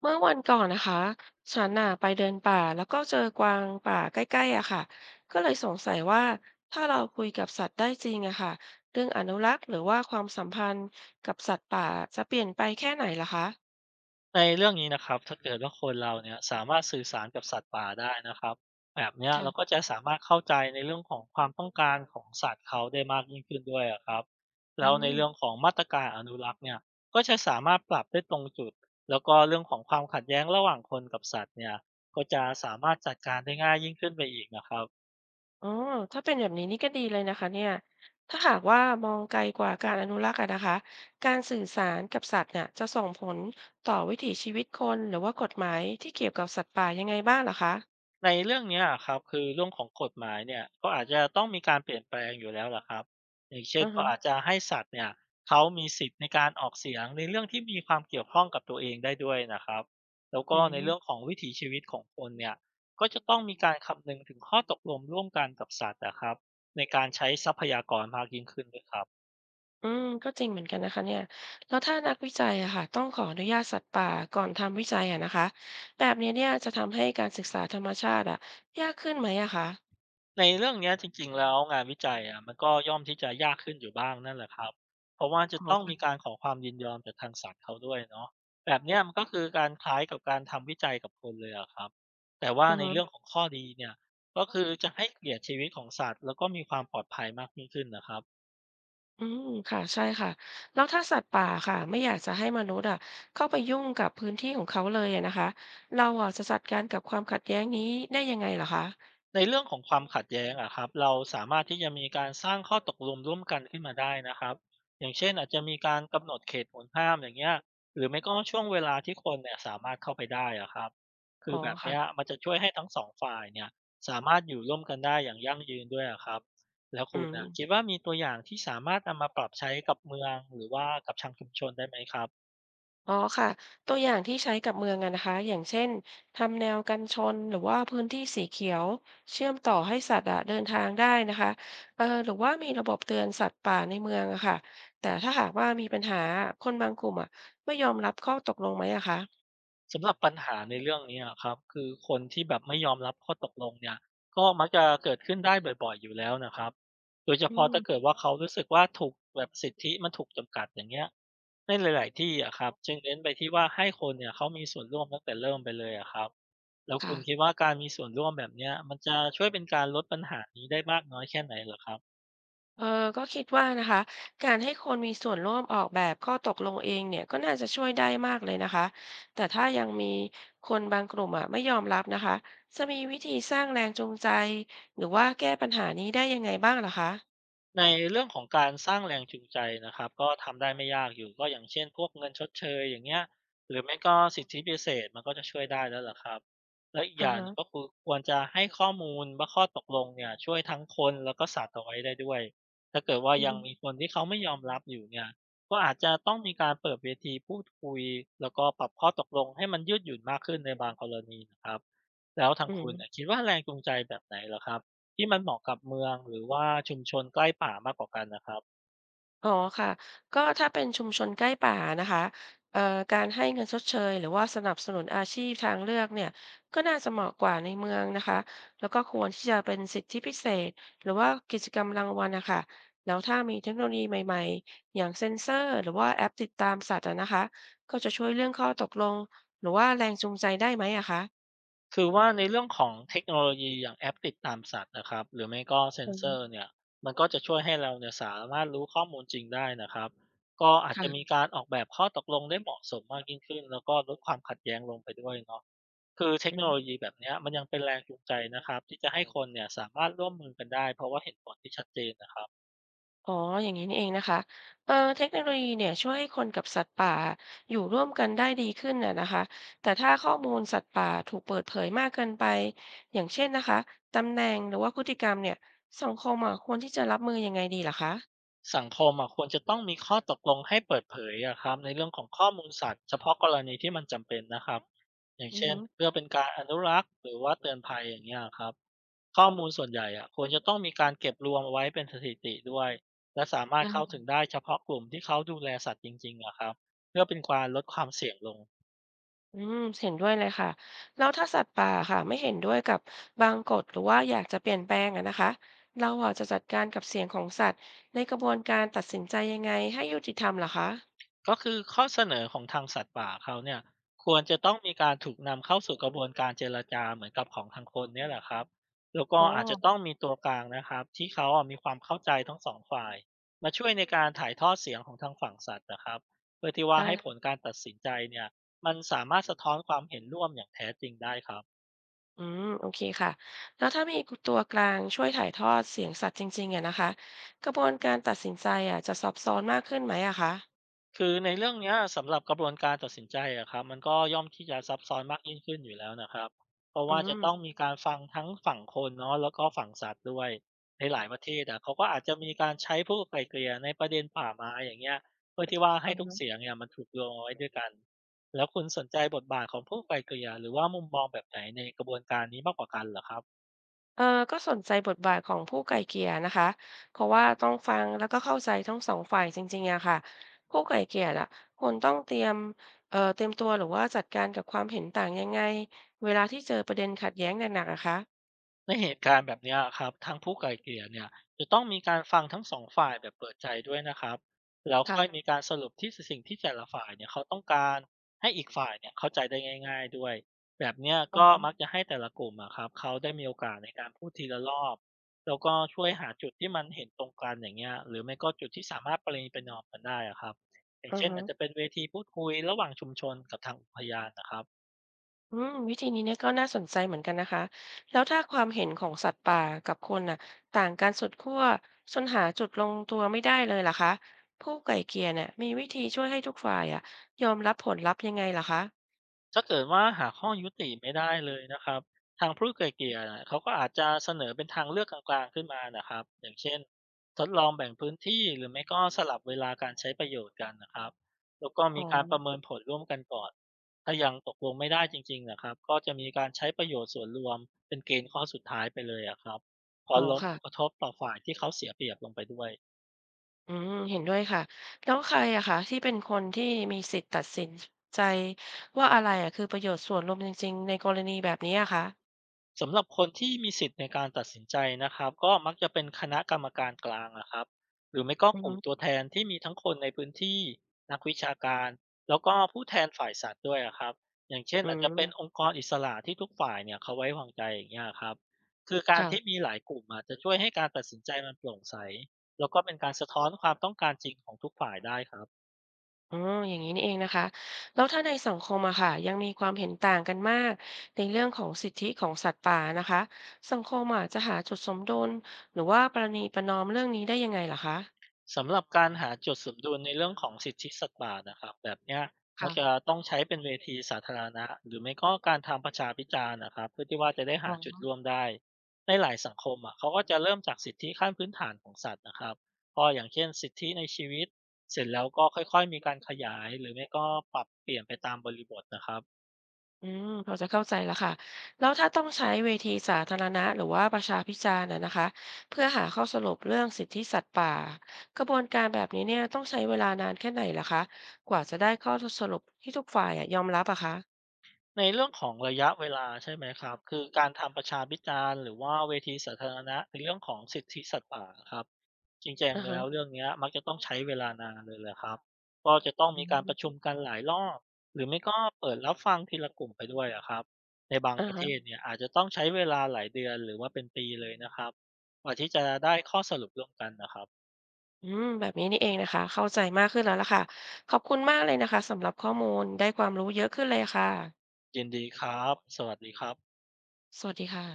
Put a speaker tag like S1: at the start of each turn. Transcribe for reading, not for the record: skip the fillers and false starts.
S1: เมื่อวันก่อนนะคะฉันน่ะไปเดินป่าแล้วก็เจอกวางป่าใกล้ๆอะค่ะก็เลยสงสัยว่าถ้าเราคุยกับสัตว์ได้จริงอะค่ะเรื่องอนุรักษ์หรือว่าความสัมพันธ์กับสัตว์ป่าจะเปลี่ยนไปแค่ไหนล่ะคะ
S2: ในเรื่องนี้นะครับถ้าเกิดว่าคนเราเนี่ยสามารถสื่อสารกับสัตว์ป่าได้นะครับแบบเนี้ยเราก็
S1: ค่ะ
S2: จะสามารถเข้าใจในเรื่องของความต้องการของสัตว์เขาได้มากยิ่งขึ้นด้วยอะครับ
S1: อื
S2: แล้วใน
S1: ม
S2: เรื่องของมาตรการอนุรักษ์เนี่ยก็จะสามารถปรับได้ตรงจุดแล้วก็เรื่องของความขัดแย้งระหว่างคนกับสัตว์เนี่ยก็จะสามารถจัดการได้ง่ายยิ่งขึ้นไปอีกนะครับ
S1: อ๋อถ้าเป็นแบบนี้นี่ก็ดีเลยนะคะเนี่ยถ้าหากว่ามองไกลกว่าการอนุรักษ์อะนะคะการสื่อสารกับสัตว์เนี่ยจะส่งผลต่อวิถีชีวิตคนหรือว่ากฎหมายที่เกี่ยวกับสัตว์ป่ายังไงบ้างล่ะคะ
S2: ในเรื่องเนี้ยอะครับคือเรื่องของกฎหมายเนี่ยก็อาจจะต้องมีการเปลี่ยนแปลงอยู่แล้วแหละครับอย่างเช่น
S1: อือ
S2: ก็
S1: ฮะ
S2: อาจจะให้สัตว์เนี่ยเขามีสิทธิ์ในการออกเสียงในเรื่องที่มีความเกี่ยวข้องกับตัวเองได้ด้วยนะครับแล้ว
S1: อื
S2: ก็ในเรื่อง
S1: ม
S2: ของวิถีชีวิตของคนเนี่ยก็จะต้องมีการคำนึงถึงข้อตกลงร่วมกันกับสัตว์อะครับในการใช้ทรัพยากรมากยิ่งขึ้นด้วยครับ
S1: อืมก็จริงเหมือนกันนะคะเนี่ยแล้วถ้านักวิจัยอะค่ะต้องขออนุญาตสัตว์ป่าก่อนทำวิจัยอะนะคะแบบนี้เนี่ยจะทำให้การศึกษาธรรมชาติอะยากขึ้นไหมอะคะ
S2: ในเรื่องเนี้ยจริงๆแล้วงานวิจัยอะมันก็ย่อมที่จะยากขึ้นอยู่บ้างนั่นแหละครับเพราะว่าจะ
S1: อ๋อ
S2: ต้องมี
S1: ค่ะ
S2: การขอความยินยอมจากทางสัตว์เขาด้วยเนาะแบบเนี้ยมันก็คือการคล้ายกับการทำวิจัยกับคนเลยอะครับแต่ว่า
S1: อือ
S2: ใน
S1: ฮึ
S2: เรื่องของข้อดีเนี่ยก็คือจะให้เกียรติชีวิตของสัตว์แล้วก็มีความปลอดภัยมากยิ่งขึ้นนะครับ
S1: อืมค่ะใช่ค่ะแล้วถ้าสัตว์ป่าค่ะไม่อยากจะให้มนุษย์อะเข้าไปยุ่งกับพื้นที่ของเขาเลยอะนะคะเราอะจะจัดการกับความขัดแย้งนี้ได้ยังไงเหรอคะ
S2: ในเรื่องของความขัดแย้งอะครับเราสามารถที่จะมีการสร้างข้อตกลงร่วมกันขึ้นมาได้นะครับอย่างเช่นอาจจะมีการกำหนดเขตห่วงห้ามอย่างเงี้ยหรือไม่ก็ช่วงเวลาที่คนเนี่ยสามารถเข้าไปได้อะครับคื
S1: อ๋
S2: อ
S1: อ
S2: แบบ
S1: ค่ะ
S2: เนี้ยมันจะช่วยให้ทั้งสองฝ่ายเนี่ยสามารถอยู่ร่วมกันได้อย่างยั่งยืนด้วยอะครับแล้ว
S1: อื
S2: คุณ
S1: ม
S2: อะคิดว่ามีตัวอย่างที่สามารถนำมาปรับใช้กับเมืองหรือว่ากับทางชุมชนได้ไหมครับ
S1: อ๋อค่ะตัวอย่างที่ใช้กับเมืองอะนะคะอย่างเช่นทำแนวกันชนหรือว่าพื้นที่สีเขียวเชื่อมต่อให้สัตว์อะเดินทางได้นะคะเออหรือว่ามีระบบเตือนสัตว์ป่าในเมืองอะค่ะแต่ถ้าหากว่ามีปัญหาคนบางกลุ่มอะไม่ยอมรับข้อตกลงไหมอะคะ
S2: สำหรับปัญหาในเรื่องนี้อะครับคือคนที่แบบไม่ยอมรับข้อตกลงเนี่ยก็มักจะเกิดขึ้นได้บ่อยๆอยู่แล้วนะครับโดยเฉ
S1: อื
S2: พาะถ้าเกิด
S1: ม
S2: ว่าเขารู้สึกว่าถูกแบบสิทธิมันถูกจำกัดอย่างเงี้ยในหลายๆที่อะครับจึงเน้นไปที่ว่าให้คนเนี่ยเขามีส่วนร่วมตั้งแต่เริ่มไปเลยอะครับแล้วคุ
S1: ค่ะ
S2: ณคิดว่าการมีส่วนร่วมแบบเนี้ยมันจะช่วยเป็นการลดปัญหานี้ได้มากน้อยแค่ไหนเหรอครับ
S1: เออก็คิดว่านะคะการให้คนมีส่วนร่วมออกแบบข้อตกลงเองเนี่ยก็น่าจะช่วยได้มากเลยนะคะแต่ถ้ายังมีคนบางกลุ่มอ่ะไม่ยอมรับนะคะจะมีวิธีสร้างแรงจูงใจหรือว่าแก้ปัญหานี้ได้ยังไงบ้างเหรอคะ
S2: ในเรื่องของการสร้างแรงจูงใจนะครับก็ทำได้ไม่ยากอยู่ก็อย่างเช่นพวกเงินชดเชยอย่างเงี้ยหรือไม่ก็สิทธิพิเศษมันก็จะช่วยได้แล้วล่ะครับและอีกอ
S1: อ่า
S2: ย่างห
S1: ฮะ
S2: นึ่งก็คือควรจะให้ข้อมูลว่าข้อตกลงเนี่ยช่วยทั้งคนแล้วก็สัตว์เอาไว้ได้ด้วยถ้าเกิดว่า
S1: อื
S2: ยั
S1: ม
S2: งมีคนที่เขาไม่ยอมรับอยู่เนี่ยก็อาจจะต้องมีการเปิดเวทีพูดคุยแล้วก็ปรับข้อตกลงให้มันยืดหยุ่นมากขึ้นในบางกรณีนะครับแล้วทาง
S1: อื
S2: คุณเนี่ย
S1: ม
S2: คิดว่าแรงจูงใจแบบไหนเหรอครับ ที่มันเหมาะกับเมืองหรือว่าชุมชนใกล้ป่ามากกว่ากันนะครับ
S1: อ๋อค่ะก็ถ้าเป็นชุมชนใกล้ป่านะคะเอ่อการให้เงินชดเชยหรือว่าสนับสนุนอาชีพทางเลือกเนี่ยก็น่าจะเหมาะกว่าในเมืองนะคะแล้วก็ควรที่จะเป็นสิทธิพิเศษหรือว่ากิจกรรมรางวัลนะคะแล้วถ้ามีเทคโนโลยีใหม่ๆอย่างเซ็นเซอร์หรือว่าแอปติดตามสัตว์อะนะคะก็จะช่วยเรื่องข้อตกลงหรือว่าแรงจูงใจได้ไหมอะคะ
S2: คือว่าในเรื่องของเทคโนโลยีอย่างแอปติดตามสัตว์นะครับหรือไม่ก็เซ็น
S1: อื
S2: เซ
S1: ม
S2: อร์เนี่ยมันก็จะช่วยให้เราเนี่ยสามารถรู้ข้อมูลจริงได้นะครับก็อาจจะมี
S1: ค่ะ
S2: การออกแบบข้อตกลงได้เหมาะสมมากยิ่งขึ้นแล้วก็ลดความขัดแย้งลงไปด้วยเนาะคือเทค
S1: อื
S2: โนโลยี
S1: ม
S2: แบบเนี้ยมันยังเป็นแรงจูงใจนะครับที่จะให้คนเนี่ยสามารถร่วมมือกันได้เพราะว่าเห็นผลที่ชัดเจนนะครับ
S1: อ๋ออย่างนี้นี่เองนะคะเทคโนโลยีเนี่ยช่วยให้คนกับสัตว์ป่าอยู่ร่วมกันได้ดีขึ้นน่ะนะคะแต่ถ้าข้อมูลสัตว์ป่าถูกเปิดเผยมากเกินไปอย่างเช่นนะคะตำแหน่งหรือว่าพฤติกรรมเนี่ยสังคมอ่ะควรที่จะรับมือยังไงดีล่ะคะ
S2: สังคมอะควรจะต้องมีข้อตกลงให้เปิดเผยอะครับในเรื่องของข้อมูลสัตว์เฉพาะกรณีที่มันจำเป็นนะครับอย่าง
S1: อือ
S2: เช่น
S1: ฮึ
S2: เพื่อเป็นการอนุรักษ์หรือว่าเตือนภัยอย่างเงี้ยครับข้อมูลส่วนใหญ่อะควรจะต้องมีการเก็บรวมเอาไว้เป็นสถิติด้วยและสามารถเข้า
S1: า
S2: ถึงได้เฉพาะกลุ่มที่เขาดูแลสัตว์จริงๆอะครับเพื่อเป็นการลดความเสี่ยงลง
S1: อืมเห็นด้วยเลยค่ะแล้วถ้าสัตว์ป่าค่ะไม่เห็นด้วยกับบางกฎหรือว่าอยากจะเปลี่ยนแปลงอะนะคะเราอ่ะจะจัดการกับเสียงของสัตว์ในกระบวนการตัดสินใจยังไงให้ยุติธรรมล่ะคะ
S2: ก็คือข้อเสนอของทางสัตว์ป่าเขาเนี่ยควรจะต้องมีการถูกนำเข้าสู่กระบวนการเจรจาเหมือนกับของทางคนเนี่ยแหละครับแล้วก็
S1: อ๋อ
S2: อาจจะต้องมีตัวกลางนะครับที่เขาอ่ะมีความเข้าใจทั้งสองฝ่ายมาช่วยในการถ่ายทอดเสียงของทางฝั่งสัตว์นะครับเพื่อที่ว่าให้ผล
S1: ได้
S2: การตัดสินใจเนี่ยมันสามารถสะท้อนความเห็นร่วมอย่างแท้จริงได้ครับ
S1: อืมโอเคค่ะแล้วถ้ามีตัวกลางช่วยถ่ายทอดเสียงสัตว์จริงๆอะนะคะกระบวนการตัดสินใจอะจะซับซ้อนมากขึ้นไหมอะคะ
S2: คือในเรื่องเนี้ยสำหรับกระบวนการตัดสินใจอะครับมันก็ย่อมที่จะซับซ้อนมากยิ่งขึ้นอยู่แล้วนะครับเพราะ
S1: อื
S2: ว่าจะต้อ
S1: ม
S2: งมีการฟังทั้งฝั่งคนเนาะแล้วก็ฝั่งสัตว์ด้วยในหลายประเทศอะเขาก็อาจจะมีการใช้ผู้ไกล่เกลี่ยในประเด็นป่าไม้อย่างเงี้ยเพื่อที่ว่าให้
S1: อือ
S2: ทุก
S1: ฮึ
S2: เสียงเนี่ยมันถูกรวมเอาไว้ด้วยกันแล้วคุณสนใจบทบาทของผู้ไกล่เกลี่ยหรือว่ามุมมองแบบไหนในกระบวนการนี้มากกว่ากันเหรอครับ
S1: เออก็สนใจบทบาทของผู้ไกล่เกลี่ยนะคะเพราะว่าต้องฟังแล้วก็เข้าใจทั้งสองฝ่ายจริงๆอะค่ะผู้ไกล่เกลี่ยล่ะควรต้องเตรียมเตรียมตัวหรือว่าจัดการกับความเห็นต่างยังไงเวลาที่เจอประเด็นขัดแย้งหนักๆอะคะ
S2: ในเหตุการณ์แบบเนี้ยครับทางผู้ไกล่เกลี่ยเนี่ยจะต้องมีการฟังทั้งสองฝ่ายแบบเปิดใจด้วยนะครับแล้ว
S1: ค่ะ
S2: ค่อยมีการสรุปที่สิ่งที่แต่ละฝ่ายเนี่ยเขาต้องการให้อีกฝ่ายเนี่ยเข้าใจได้ง่ายๆด้วยแบบเนี้ย
S1: อือ
S2: ก็
S1: ฮึ
S2: มักจะให้แต่ละกลุ่มอะครับเขาได้มีโอกาสในการพูดทีละรอบแล้วก็ช่วยหาจุดที่มันเห็นตรงกันอย่างเงี้ยหรือไม่ก็จุดที่สามารถประนีประนอมกันได้อะครับอย่าง
S1: อือ
S2: เช่น
S1: ฮึ
S2: อาจจะเป็นเวทีพูดคุยระหว่างชุมชนกับทางอุทยานนะครับ
S1: อืมวิธีนี้เนี่ยก็น่าสนใจเหมือนกันนะคะแล้วถ้าความเห็นของสัตว์ป่ากับคนน่ะต่างกันสุดขั้วจนหาจุดลงตัวไม่ได้เลยล่ะคะผู้ไกล่เกลี่ยเนี่ยมีวิธีช่วยให้ทุกฝ่ายอะยอมรับผลลัพธ์ยังไงล่ะคะ
S2: ถ้าเกิดว่าหาข้อยุติไม่ได้เลยนะครับทางผู้ไกล่เกลี่ยน่ะเขาก็อาจจะเสนอเป็นทางเลือกกลางๆขึ้นมานะครับอย่างเช่นทดลองแบ่งพื้นที่หรือไม่ก็สลับเวลาการใช้ประโยชน์กันนะครับแล้วก็
S1: อ๋อ
S2: มีการประเมินผลร่วมกันก่อนถ้ายังตกลงไม่ได้จริงๆนะครับก็จะมีการใช้ประโยชน์ส่วนรวมเป็นเกณฑ์ข้อสุดท้ายไปเลยอะครับพร้อ
S1: อ๋
S2: ม
S1: อ
S2: ล้มผลกระ
S1: ค่ะ
S2: ทบต่อฝ่ายที่เขาเสียเปรียบลงไปด้วย
S1: อืมเห็นด้วยค่ะแล้วใครอะคะที่เป็นคนที่มีสิทธิ์ตัดสินใจว่าอะไรอะคือประโยชน์ส่วนรวมจริงๆในกรณีแบบนี้อะคะ
S2: สำหรับคนที่มีสิทธิ์ในการตัดสินใจนะครับก็มักจะเป็นคณะกรรมการกลางนะครับหรือไม่ก็
S1: อื
S2: กลุ่มตัว
S1: ม
S2: แทนที่มีทั้งคนในพื้นที่นักวิชาการแล้วก็ผู้แทนฝ่ายสัตว์ด้วยอะครับอย่างเช่น
S1: อื
S2: อาจจะเป็นอ
S1: ม
S2: งค์กรอิสระที่ทุกฝ่ายเนี่ยเขาไว้วางใจอย่างเงี้ยครับคือการที่มี
S1: ค่ะ
S2: หลายกลุ่มอาจจะช่วยให้การตัดสินใจมันโปร่งใสแล้วก็เป็นการสะท้อนความต้องการจริงของทุกฝ่ายได้ครับ
S1: อ๋ออย่างนี้นี่เองนะคะแล้วถ้าในสังคมอะค่ะยังมีความเห็นต่างกันมากในเรื่องของสิทธิของสัตว์ป่านะคะสังคมอะจะหาจุดสมดุลหรือว่าประนีประนอมเรื่องนี้ได้ยังไงล่ะคะ
S2: สำหรับการหาจุดสมดุลในเรื่องของสิทธิสัตว์ป่านะครับแบบเนี้ยมั
S1: ค่ะ
S2: กจะต้องใช้เป็นเวทีสาธารณะหรือไม่ก็การทำประชาพิจารณ์นะครับเพื่อที่ว่าจะได้
S1: อ๋
S2: หาจุด
S1: อ
S2: ร่วมได้ในหลายสังคมอ่ะเขาก็จะเริ่มจากสิทธิขั้นพื้นฐานของสัตว์นะครับก็อย่างเช่นสิทธิในชีวิตเสร็จแล้วก็ค่อยๆมีการขยายหรือไม่ก็ปรับเปลี่ยนไปตามบริบทนะครับ
S1: อืมพอจะเข้าใจแล้วค่ะแล้วถ้าต้องใช้เวทีสาธารณะหรือว่าประชาพิจารณ์อะนะคะเพื่อหาข้อสรุปเรื่องสิทธิสัตว์ป่ากระบวนการแบบนี้เนี่ยต้องใช้เวลานานแค่ไหนล่ะคะกว่าจะได้ข้อสรุปที่ทุกฝ่ายอะยอมรับอะคะ
S2: ในเรื่องของระยะเวลาใช่ไหมครับคือการทำประชาพิจารณ์หรือว่าเวทีสาธารณะในเรื่องของสิทธิสัตว์ป่าะครับจริง
S1: อ่า
S2: ๆ
S1: ฮะ
S2: แล้วเรื่องเนี้ยมักจะต้องใช้เวลานานเลยแหละครับก็จะต้อง
S1: อื
S2: มีการป
S1: ม
S2: ระชุมกันหลายรอบหรือไม่ก็เปิดรับฟังทีละกลุ่มไปด้วยอะครับในบาง
S1: อ่า
S2: ประเท
S1: ฮะ
S2: ศเนี่ยอาจจะต้องใช้เวลาหลายเดือนหรือว่าเป็นปีเลยนะครับกว่าที่จะได้ข้อสรุปร่วมกันนะครับ
S1: อืมแบบนี้นี่เองนะคะเข้าใจมากขึ้นแล้วล่ะค่ะขอบคุณมากเลยนะคะสำหรับข้อมูลได้ความรู้เยอะขึ้นเลยค่ะ
S2: ยินดีครับสวัสดีครับ
S1: สวัสดีค่ะ